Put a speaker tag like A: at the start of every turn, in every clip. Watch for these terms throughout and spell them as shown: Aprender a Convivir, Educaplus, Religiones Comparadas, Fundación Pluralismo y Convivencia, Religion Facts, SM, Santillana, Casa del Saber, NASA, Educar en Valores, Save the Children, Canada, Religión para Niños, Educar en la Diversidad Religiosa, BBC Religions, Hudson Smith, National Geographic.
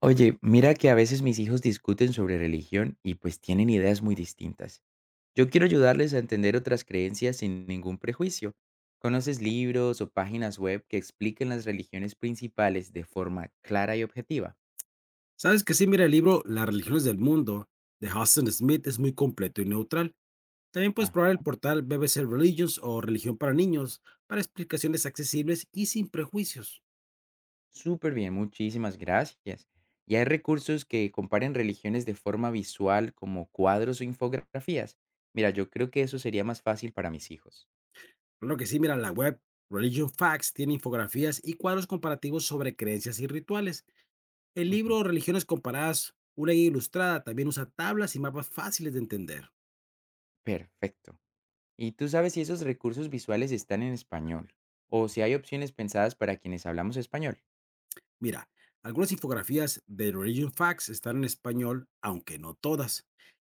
A: Oye, mira que a veces mis hijos discuten sobre religión y pues tienen ideas muy distintas. Yo quiero ayudarles a entender otras creencias sin ningún prejuicio. ¿Conoces libros o páginas web que expliquen las religiones principales de forma clara y objetiva?
B: Sabes que sí, mira el libro Las Religiones del Mundo de Hudson Smith es muy completo y neutral. También puedes
A: Ah,
B: probar el portal BBC Religions o Religión para Niños para explicaciones accesibles y sin prejuicios.
A: súper bien, muchísimas gracias. ¿Y hay recursos que comparen religiones de forma visual como cuadros o infografías? Mira, yo creo que eso sería más fácil para mis hijos.
B: Lo que sí, mira la web Religion Facts tiene infografías y cuadros comparativos sobre creencias y rituales. El
A: Ujú.
B: libro Religiones Comparadas, una guía ilustrada, también usa tablas y mapas fáciles de entender.
A: Perfecto. ¿Y tú sabes si esos recursos visuales están en español o si hay opciones pensadas para quienes hablamos español?
B: Mira, algunas infografías de Religion Facts están en español, aunque no todas.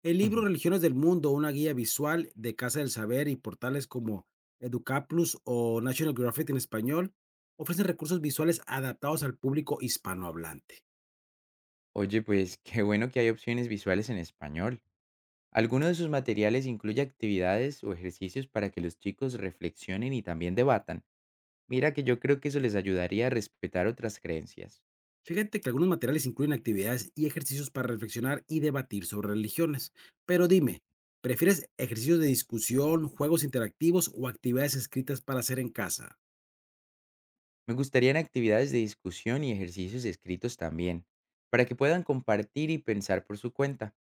B: El libro
A: Ujú.
B: Religiones del Mundo, una guía visual de Casa del Saber y portales como Educaplus o National Geographic en español ofrecen recursos visuales adaptados
A: Sí.
B: al público hispanohablante.
A: Oye, pues qué bueno que hay opciones visuales en español. ¿Alguno de sus materiales incluye actividades o ejercicios para que los chicos reflexionen y también debatan? Mira que yo creo que eso les ayudaría a respetar otras creencias.
B: Fíjate que algunos materiales incluyen actividades y ejercicios para reflexionar y debatir sobre religiones. Pero
A: Ujú.
B: dime, ¿prefieres ejercicios de discusión, juegos interactivos o actividades escritas para hacer en casa?
A: Me gustarían actividades de discusión y ejercicios escritos también, para que puedan compartir y pensar por su cuenta.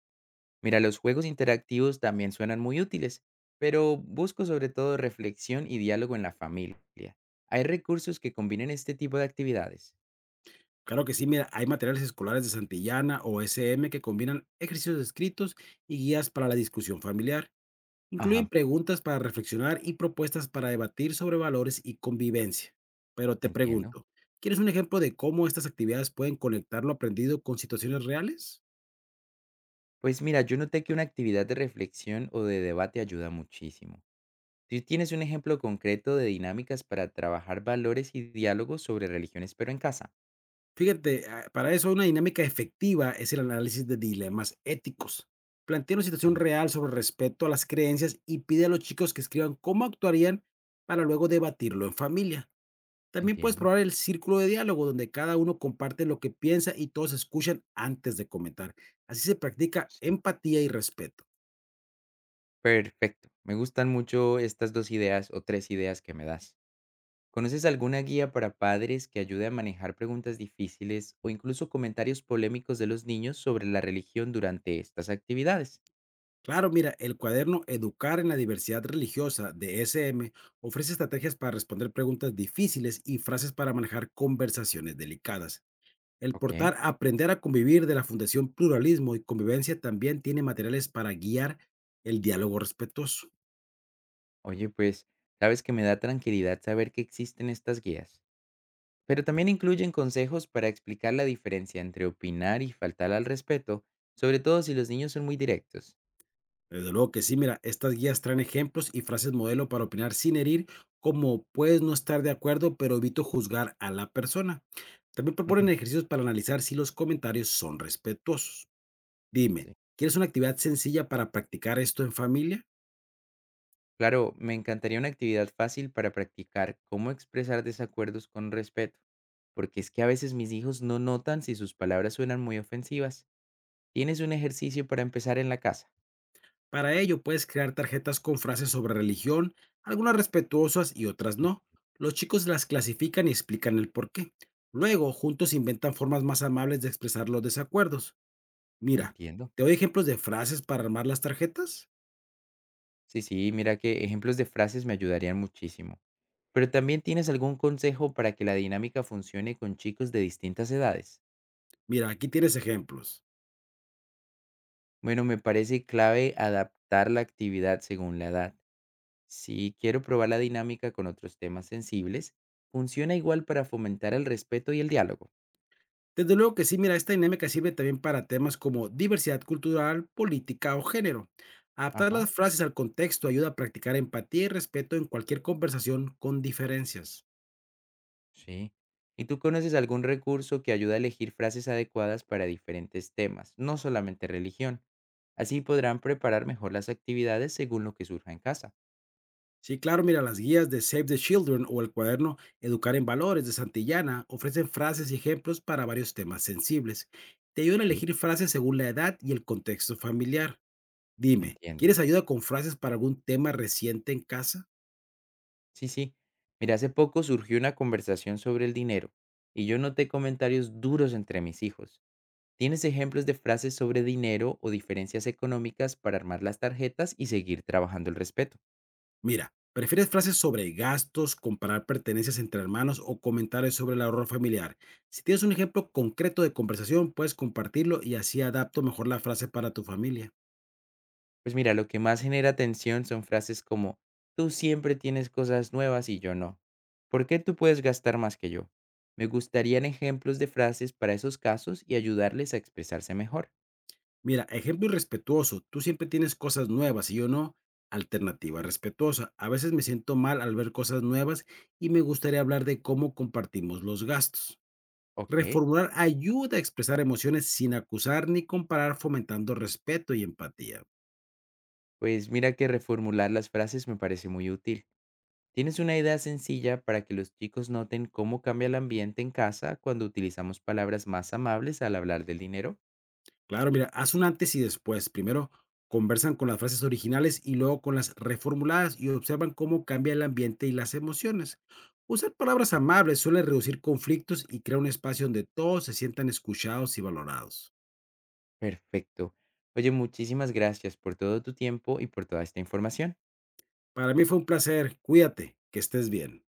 A: Mira, los juegos interactivos también suenan muy útiles, pero busco sobre todo reflexión y diálogo en la familia. ¿Hay recursos que combinen este tipo de actividades?
B: Claro que sí, mira, hay materiales escolares de Santillana o SM que combinan ejercicios escritos y guías para la discusión familiar. Incluyen
A: Ajá,
B: preguntas para reflexionar y propuestas para debatir sobre valores y convivencia. Pero te
A: entiendo.
B: pregunto, ¿quieres un ejemplo de cómo estas actividades pueden conectar lo aprendido con situaciones reales?
A: Pues mira, yo noté que una actividad de reflexión o de debate ayuda muchísimo. ¿Tú tienes un ejemplo concreto de dinámicas para trabajar valores y diálogos sobre religiones, pero en casa?
B: Fíjate, para eso una dinámica efectiva es el análisis de dilemas éticos. Plantea una situación
A: Ujú.
B: real sobre respeto a las creencias y pide a los chicos que escriban cómo actuarían para luego debatirlo en familia. También puedes
A: Entiendo.
B: probar el círculo de diálogo, donde cada uno comparte lo que piensa y todos escuchan antes de comentar. Así se practica
A: Sí.
B: empatía y respeto.
A: Perfecto. Me gustan mucho estas dos ideas o tres ideas que me das. ¿Conoces alguna guía para padres que ayude a manejar preguntas difíciles o incluso comentarios polémicos de los niños sobre la religión durante estas actividades?
B: Claro, mira, el cuaderno Educar en la Diversidad Religiosa de SM ofrece estrategias para responder preguntas difíciles y frases para manejar conversaciones delicadas. El
A: Ok.
B: portal Aprender a Convivir de la Fundación Pluralismo y Convivencia también tiene materiales para guiar el diálogo respetuoso.
A: Oye, pues, sabes que me da tranquilidad saber que existen estas guías, pero también incluyen consejos para explicar la diferencia entre opinar y faltar al respeto, sobre todo si los niños son muy directos.
B: Desde luego que sí, mira, estas guías traen ejemplos y frases modelo para opinar sin herir, como puedes no estar de acuerdo, pero evito juzgar a la persona. También
A: Ujú.
B: proponen ejercicios para analizar si los comentarios son respetuosos. Dime,
A: Sí.
B: ¿quieres una actividad sencilla para practicar esto en familia?
A: Claro, me encantaría una actividad fácil para practicar cómo expresar desacuerdos con respeto, porque es que a veces mis hijos no notan si sus palabras suenan muy ofensivas. ¿Tienes un ejercicio para empezar en la casa?
B: Para ello, puedes crear tarjetas con frases sobre religión, algunas respetuosas y otras no. Los chicos las clasifican y explican el porqué. Luego, juntos inventan formas más amables de expresar los desacuerdos. Mira,
A: Entiendo.
B: ¿te doy ejemplos de frases para armar las tarjetas?
A: Sí, sí, mira que ejemplos de frases me ayudarían muchísimo. Pero también tienes algún consejo para que la dinámica funcione con chicos de distintas edades.
B: Mira, aquí tienes ejemplos.
A: Bueno, me parece clave adaptar la actividad según la edad. Si quiero probar la dinámica con otros temas sensibles, funciona igual para fomentar el respeto y el diálogo.
B: Desde luego que sí, mira, esta dinámica sirve también para temas como diversidad cultural, política o género. Adaptar
A: Ajá,
B: las frases al contexto ayuda a practicar empatía y respeto en cualquier conversación con diferencias.
A: sí. ¿Y tú conoces algún recurso que ayuda a elegir frases adecuadas para diferentes temas, no solamente religión? Así podrán preparar mejor las actividades según lo que surja en casa.
B: Sí, claro, mira, las guías de Save the Children o el cuaderno Educar en Valores de Santillana ofrecen frases y ejemplos para varios temas sensibles. Te ayudan a
A: Sí.
B: elegir frases según la edad y el contexto familiar. Dime,
A: Entiendo.
B: ¿quieres ayuda con frases para algún tema reciente en casa?
A: Sí, sí. Mira, hace poco surgió una conversación sobre el dinero y yo noté comentarios duros entre mis hijos. ¿Tienes ejemplos de frases sobre dinero o diferencias económicas para armar las tarjetas y seguir trabajando el respeto?
B: Mira, ¿prefieres frases sobre gastos, comparar pertenencias entre hermanos o comentarios sobre el ahorro familiar? Si tienes un ejemplo concreto de conversación, puedes compartirlo y así adapto mejor la frase para tu familia.
A: Pues mira, lo que más genera tensión son frases como, tú siempre tienes cosas nuevas y yo no. ¿Por qué tú puedes gastar más que yo? Me gustarían ejemplos de frases para esos casos y ayudarles a expresarse mejor.
B: Mira, ejemplo irrespetuoso: tú siempre tienes cosas nuevas y yo no. Alternativa respetuosa: a veces me siento mal al ver cosas nuevas y me gustaría hablar de cómo compartimos los gastos.
A: Ok,
B: Reformular ayuda a expresar emociones sin acusar ni comparar, fomentando respeto y empatía.
A: pues mira que reformular las frases me parece muy útil. ¿Tienes una idea sencilla para que los chicos noten cómo cambia el ambiente en casa cuando utilizamos palabras más amables al hablar del dinero?
B: Claro, mira, haz un antes y después. Primero conversan con las frases originales y luego con las reformuladas y observan cómo cambia el ambiente y las emociones. Usar palabras amables suele reducir conflictos y crear un espacio donde todos se sientan escuchados y valorados.
A: Perfecto. Oye, muchísimas gracias por todo tu tiempo y por toda esta información.
B: Para mí fue un placer. Cuídate, que estés bien.